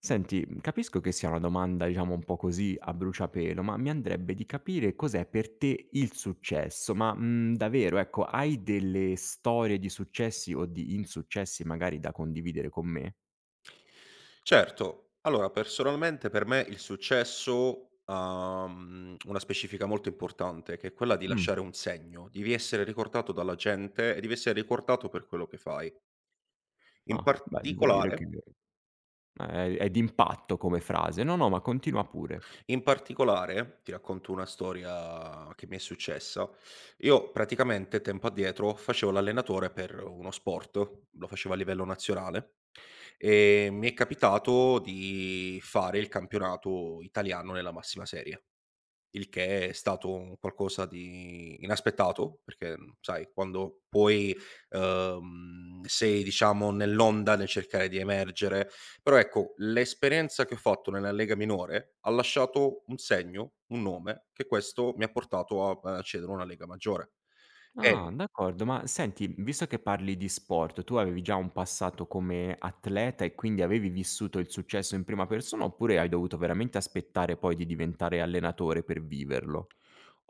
Senti, capisco che sia una domanda, diciamo, un po' così a bruciapelo, ma mi andrebbe di capire cos'è per te il successo. Ma, davvero, ecco, hai delle storie di successi o di insuccessi magari da condividere con me? Certo, allora personalmente per me il successo ha, una specifica molto importante, che è quella di Mh. lasciare un segno. Devi essere ricordato dalla gente e devi essere ricordato per quello che fai. In Ah, beh, devo dire che particolare è d'impatto come frase. No, no, ma continua pure. in particolare, ti racconto una storia che mi è successa. Io praticamente tempo addietro facevo l'allenatore per uno sport, lo facevo a livello nazionale, e mi è capitato di fare il campionato italiano nella massima serie. Il che è stato un qualcosa di inaspettato, perché, sai quando poi, sei diciamo nell'onda nel cercare di emergere, però ecco l'esperienza che ho fatto nella lega minore ha lasciato un segno, un nome, che questo mi ha portato a accedere a una lega maggiore. Ah, E d'accordo. Ma senti, visto che parli di sport, tu avevi già un passato come atleta e quindi avevi vissuto il successo in prima persona oppure hai dovuto veramente aspettare poi di diventare allenatore per viverlo?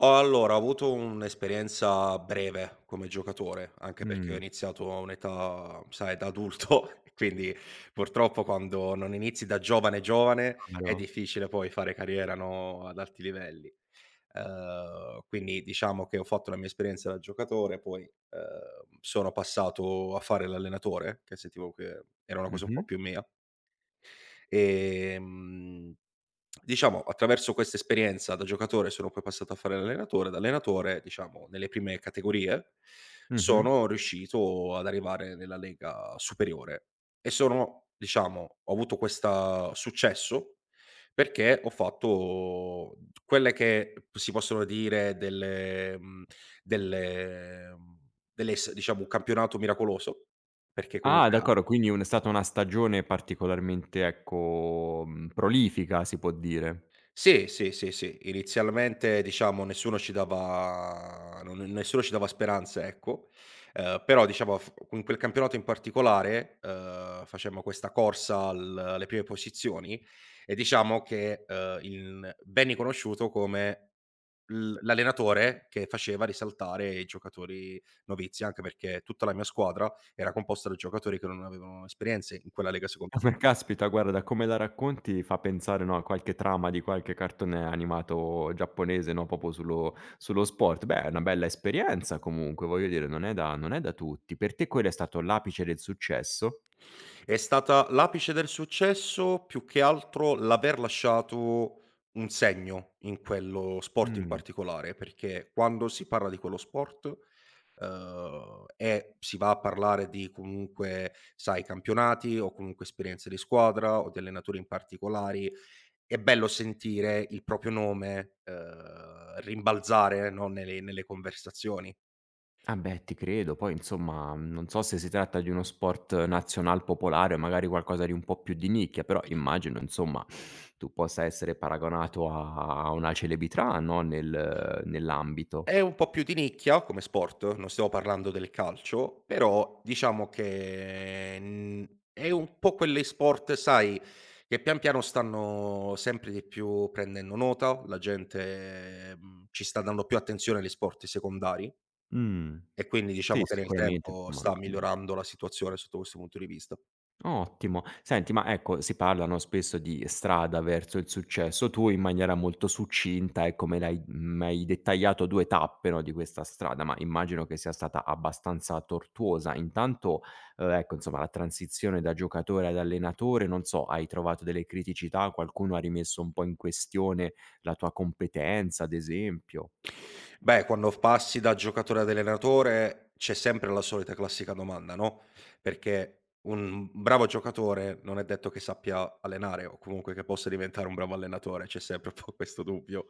Ho avuto un'esperienza breve come giocatore, anche perché ho Mh. iniziato a un'età, sai, da adulto, e quindi purtroppo quando non inizi da giovane giovane è Chiaro. difficile poi fare carriera, no, ad alti livelli. Quindi diciamo che ho fatto la mia esperienza da giocatore, poi, sono passato a fare l'allenatore, che sentivo che era una cosa un Mh-mh. po' più mia. Ehm, diciamo attraverso questa esperienza da giocatore sono poi passato a fare l'allenatore, da allenatore diciamo nelle prime categorie Mh-mh. sono riuscito ad arrivare nella lega superiore e sono diciamo ho avuto questa successo perché ho fatto quelle che si possono dire delle delle delle s diciamo un campionato miracoloso, perché Ah, comunque a d'accordo, quindi un è stata una stagione particolarmente, ecco, prolifica si può dire. Sì, sì, sì, sì. Inizialmente diciamo nessuno ci dava speranze, ecco. Però diciamo f in quel campionato in particolare, facemmo questa corsa al alle prime posizioni e diciamo che, il venni conosciuto come l'allenatore che faceva risaltare i giocatori novizi, anche perché tutta la mia squadra era composta da giocatori che non avevano esperienze in quella lega secon Ah, ma caspita, guarda, da come la racconti fa pensare, no, a qualche trama di qualche cartone animato giapponese, no, proprio sullo sport. Beh, è una bella esperienza comunque, voglio dire, non è da tutti. Per te quello è stato l'apice del successo? È stata l'apice del successo, più che altro l'aver lasciato un segno in quello sport in Mh. particolare, perché quando si parla di quello sport, e si va a parlare di comunque, sai, campionati o comunque esperienze di squadra o di allenatori in particolari, è bello sentire il proprio nome, rimbalzare, no, nelle conversazioni. Ah beh, ti credo. Poi insomma, non so se si tratta di uno sport nazional popolare, o magari qualcosa di un po' più di nicchia, però immagino, insomma, tu possa essere paragonato a una celebrità, no, nell'ambito. È un po' più di nicchia come sport, non stiamo parlando del calcio, però diciamo che, è un po' quelle sport, sai, che pian piano stanno sempre di più prendendo nota, la gente, ci sta dando più attenzione agli sport secondari Mh. e quindi Sì, diciamo che nel sicuramente tempo insomma, sta migliorando la situazione sotto questo punto di vista. ottimo. Senti, ma ecco, si parla, no, spesso di strada verso il successo. Tu in maniera molto succinta, ecco, me l'hai mi hai dettagliato 2 tappe, no, di questa strada, ma immagino che sia stata abbastanza tortuosa. Intanto, ecco, insomma, la transizione da giocatore ad allenatore, non so, hai trovato delle criticità? Qualcuno ha rimesso un po' in questione la tua competenza, ad esempio? Beh, quando passi da giocatore ad allenatore c'è sempre la solita classica domanda, no, perché un bravo giocatore non è detto che sappia allenare o comunque che possa diventare un bravo allenatore, c'è sempre un po' questo dubbio.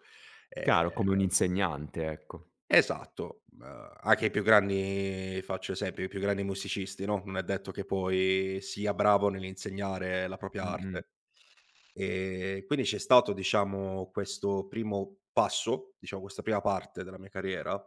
Ehm Chiaro, come un insegnante, ecco. Esatto, anche i più grandi faccio esempio, i più grandi musicisti, no, non è detto che poi sia bravo nell'insegnare la propria Mh-mh. arte. Quindi c'è stato diciamo questo primo passo, diciamo questa prima parte della mia carriera,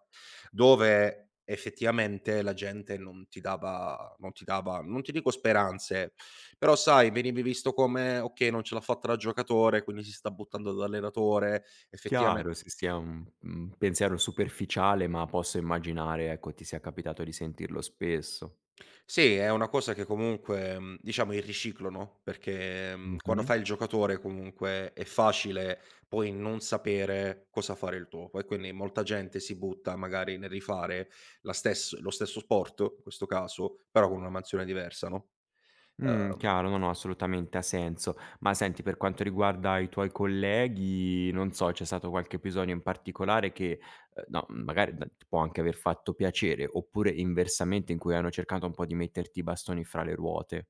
dove effettivamente la gente non ti dava non ti dico speranze, però sai venivi visto come: "Okay, non ce l'ha fatta da giocatore, quindi si sta buttando da allenatore." Effettiame Chiaro, sì, sì, è un pensiero superficiale, ma posso immaginare, ecco, ti sia capitato di sentirlo spesso. Sì, è una cosa che comunque, diciamo il riciclo, no, perché, quando Mh-mh. fai il giocatore comunque è facile poi non sapere cosa fare il dopo e quindi molta gente si butta magari nel rifare la stess lo stesso sport, in questo caso, però con una mansione diversa, no? Uhm Chiaro, no, no, assolutamente ha senso. Ma senti, per quanto riguarda i tuoi colleghi, non so, c'è stato qualche episodio in particolare che, no, magari d può anche aver fatto piacere, oppure inversamente in cui hanno cercato un po' di metterti i bastoni fra le ruote?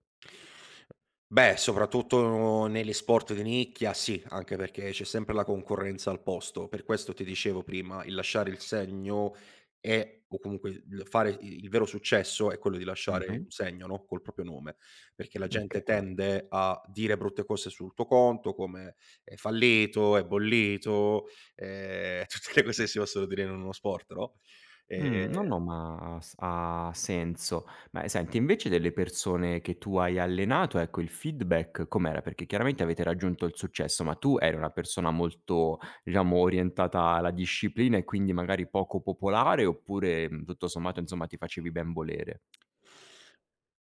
Beh, soprattutto negli sport di nicchia sì, anche perché c'è sempre la concorrenza al posto. Per questo ti dicevo prima, il lasciare il segno è o comunque il fare i il vero successo è quello di lasciare Mh-mh. un segno, no, col proprio nome, perché la Oka gente tende a dire brutte cose sul tuo conto come: "È fallito, è bollito", tutte le cose che si possono dire in uno sport, no, ehm Mh, no, no, ma ha senso. Ma, senti, invece delle persone che tu hai allenato, ecco, il feedback com'era? Perché chiaramente avete raggiunto il successo, ma tu eri una persona molto, diciamo, orientata alla disciplina e quindi magari poco popolare oppure, tutto sommato, insomma, ti facevi ben volere?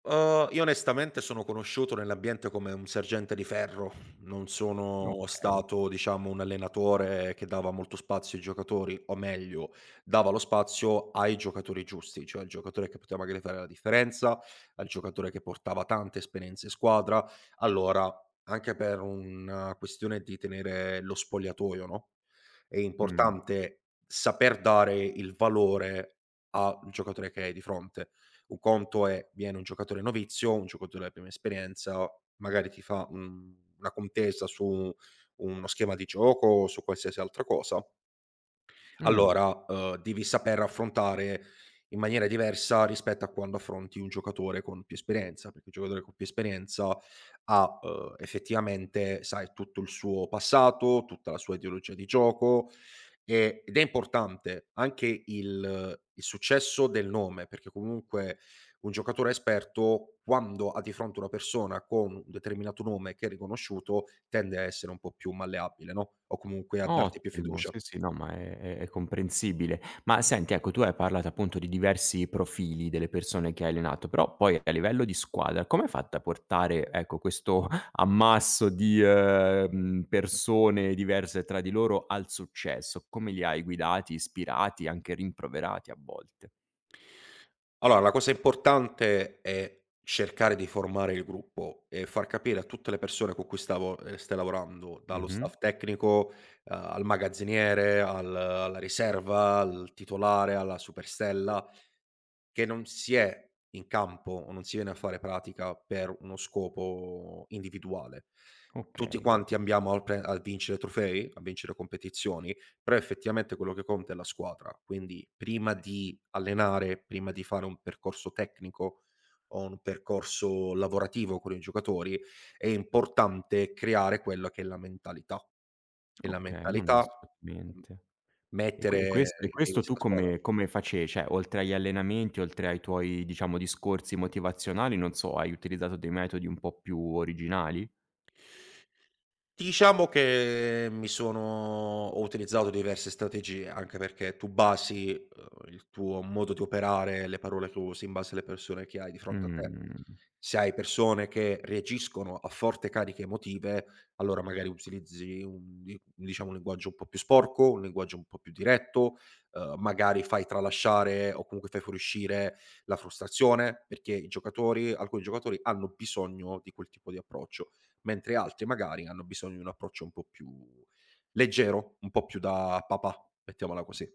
Io onestamente sono conosciuto nell'ambiente come un sergente di ferro, non sono Okay. stato diciamo un allenatore che dava molto spazio ai giocatori, o meglio dava lo spazio ai giocatori giusti, cioè al giocatore che poteva magari fare la differenza, al giocatore che portava tante esperienze in squadra. Allora, anche per una questione di tenere lo spogliatoio, no, è Mh. importante saper dare il valore al giocatore che hai di fronte. Un conto è viene un giocatore novizio, un giocatore di prima esperienza, magari ti fa un una contesa su uno schema di gioco o su qualsiasi altra cosa. Mh. Allora, devi saper affrontare in maniera diversa rispetto a quando affronti un giocatore con più esperienza, perché il giocatore con più esperienza ha, effettivamente, sai, tutto il suo passato, tutta la sua ideologia di gioco, e ed è importante anche il successo del nome, perché comunque un giocatore esperto, quando ha di fronte una persona con un determinato nome che è riconosciuto, tende a essere un po' più malleabile, no, o comunque a darti più Ottimo, fiducia. sì, sì, no, ma è comprensibile. Ma senti, ecco, tu hai parlato appunto di diversi profili delle persone che hai allenato, però poi a livello di squadra come hai fatto a portare, ecco, questo ammasso di, persone diverse tra di loro al successo? Come li hai guidati, ispirati, anche rimproverati a volte? Allora, la cosa importante è cercare di formare il gruppo e far capire a tutte le persone con cui stavo stai lavorando, dallo Mh-mh. staff tecnico, al magazziniere, al alla riserva, al titolare, alla superstella, che non si è in campo o non si viene a fare pratica per uno scopo individuale. Tutti Okay, quanti ambiamo al pre a vincere trofei, a vincere competizioni, però effettivamente quello che conta è la squadra. Quindi prima di allenare, prima di fare un percorso tecnico o un percorso lavorativo con i giocatori, è importante creare quella che è la mentalità. E la okay, no, no, mentalità, mhmm, assolutamente. E que e quest mettere e in questo primis tu la squadra. come come face cioè, oltre agli allenamenti, oltre ai tuoi, diciamo, discorsi motivazionali, non so, hai utilizzato dei metodi un po' più originali? Diciamo che mi sono Ho utilizzato diverse strategie, anche perché tu basi, il tuo modo di operare, le parole che usi in base alle persone che hai di fronte a te. Mh. Se hai persone che reagiscono a forti cariche emotive, allora magari utilizzi un di diciamo un linguaggio un po' più sporco, un linguaggio un po' più diretto, magari fai tralasciare o comunque fai fuoriuscire la frustrazione, perché i giocatori alcuni giocatori hanno bisogno di quel tipo di approccio mentre altri magari hanno bisogno di un approccio un po' più leggero, un po' più da papà, mettiamola così.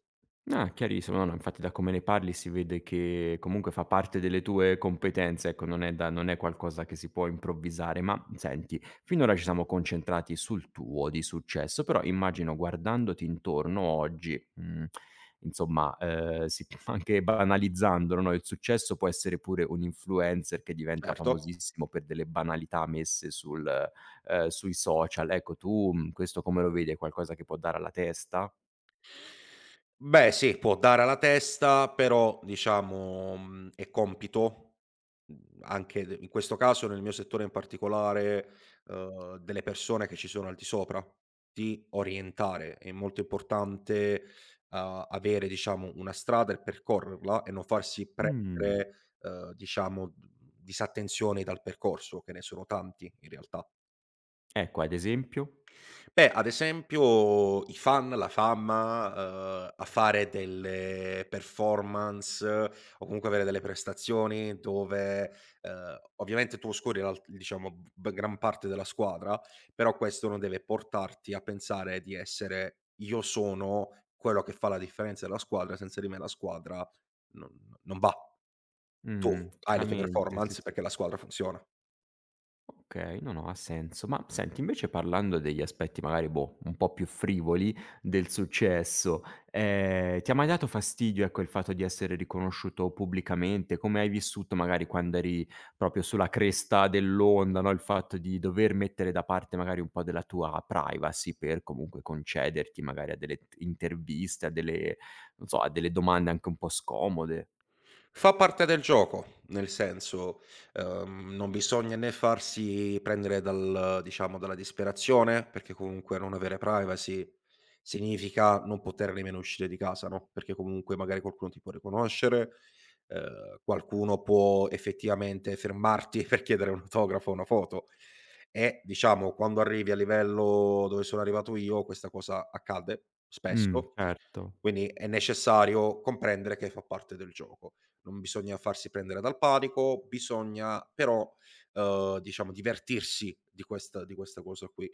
Ah, chiarissimo. No, no, infatti da come ne parli si vede che comunque fa parte delle tue competenze, ecco, non è da non è qualcosa che si può improvvisare. Ma senti, finora ci siamo concentrati sul tuo di successo, però immagino guardandoti intorno oggi, insomma, si anche banalizzandolo, no, no, il successo può essere pure un influencer che diventa Certo. famosissimo per delle banalità messe sul sui social. Ecco, tu, questo come lo vedi? È qualcosa che può dare alla testa? Beh sì, può dare alla testa, però diciamo, è compito anche d in questo caso, nel mio settore in particolare, delle persone che ci sono al di sopra, di orientare. È molto importante, avere diciamo una strada e percorrerla e non farsi Mh. prendere, diciamo, d disattenzioni dal percorso, che ne sono tanti in realtà. Ecco, ad esempio? Beh, ad esempio i fan, la fama, a fare delle performance o comunque avere delle prestazioni dove, ovviamente tu oscuri l'alt diciamo b gran parte della squadra, però questo non deve portarti a pensare di essere: "Io sono quello che fa la differenza della squadra, senza di me la squadra non non va". Tu hai le tue Chiaramente, sì, performance sì. perché la squadra funziona. Okay, no, no, ha senso. Ma senti, invece parlando degli aspetti magari, boh, un po' più frivoli del successo, ti ha mai dato fastidio, ecco, il fatto di essere riconosciuto pubblicamente? Come hai vissuto magari quando eri proprio sulla cresta dell'onda, no, il fatto di dover mettere da parte magari un po' della tua privacy per comunque concederti magari a delle t interviste, a delle non so, a delle domande anche un po' scomode? Fa parte del gioco, nel senso, non bisogna né farsi prendere dal diciamo, dalla disperazione, perché comunque non avere privacy significa non poter nemmeno uscire di casa, no, perché comunque magari qualcuno ti può riconoscere, qualcuno può effettivamente fermarti per chiedere un autografo o una foto e, diciamo, quando arrivi a livello dove sono arrivato io, questa cosa accade spesso Certo. quindi è necessario comprendere che fa parte del gioco. Non bisogna farsi prendere dal panico, bisogna però, diciamo divertirsi di questa cosa qui.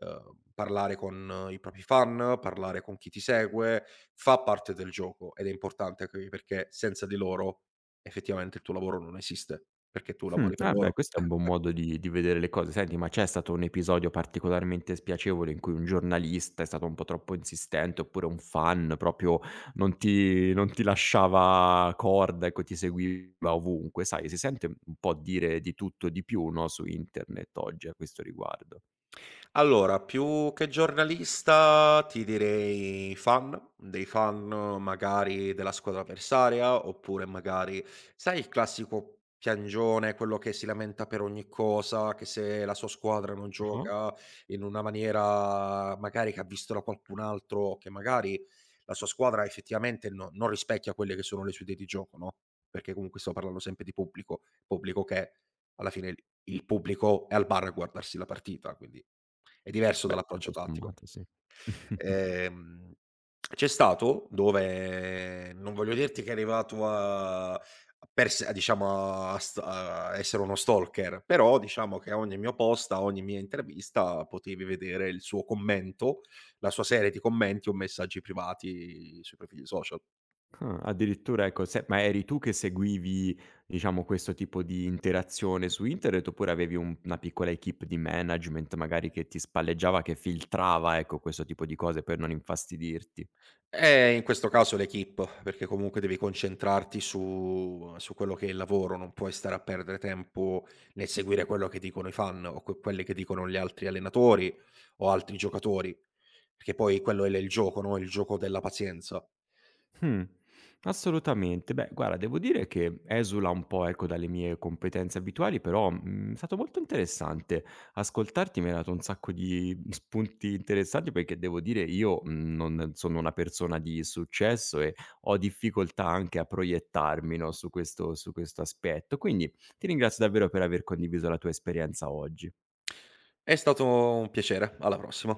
Parlare con i propri fan, parlare con chi ti segue, fa parte del gioco ed è importante anche perché senza di loro effettivamente il tuo lavoro non esiste, perché tu lavori per Ah beh, loro. questo è un buon modo di vedere le cose. Senti, ma c'è stato un episodio particolarmente spiacevole in cui un giornalista è stato un po' troppo insistente, oppure un fan proprio non ti lasciava corda, ecco, ti seguiva ovunque, sai, si sente un po' dire di tutto e di più, no, su internet oggi a questo riguardo. Allora, più che giornalista ti direi fan, dei fan magari della squadra avversaria, oppure magari, sai il classico piangione, quello che si lamenta per ogni cosa, che se la sua squadra non Mh-mh. gioca in una maniera magari che ha visto da qualcun altro, o che magari la sua squadra effettivamente no- non rispecchia quelle che sono le sue idee di gioco, no? Perché comunque sto parlando sempre di pubblico, pubblico che alla fine il pubblico è al bar a guardarsi la partita, quindi è diverso Beh, dall'approccio tutto tattico. sommato sì. Ehm, C'è stato dove non voglio dirti che è arrivato a diciamo a st a essere uno stalker, però diciamo che a ogni mio post, a ogni mia intervista potevi vedere il suo commento, la sua serie di commenti o messaggi privati sui profili social. Ah, addirittura ecco, se ma eri tu che seguivi, diciamo, questo tipo di interazione su internet, oppure avevi un una piccola equipe di management magari che ti spalleggiava, che filtrava, ecco, questo tipo di cose per non infastidirti? In questo caso l'equipe, perché comunque devi concentrarti su quello che è il lavoro, non puoi stare a perdere tempo nel seguire quello che dicono i fan o que quelli che dicono gli altri allenatori o altri giocatori, perché poi quello è l il gioco, no, il gioco della pazienza. Mh, assolutamente. Beh, guarda, devo dire che esula un po', ecco, dalle mie competenze abituali, però, è stato molto interessante. Ascoltarti mi hai dato un sacco di spunti interessanti perché devo dire io, non sono una persona di successo e ho difficoltà anche a proiettarmi, no, su questo aspetto. Quindi ti ringrazio davvero per aver condiviso la tua esperienza oggi. È stato un piacere, alla prossima.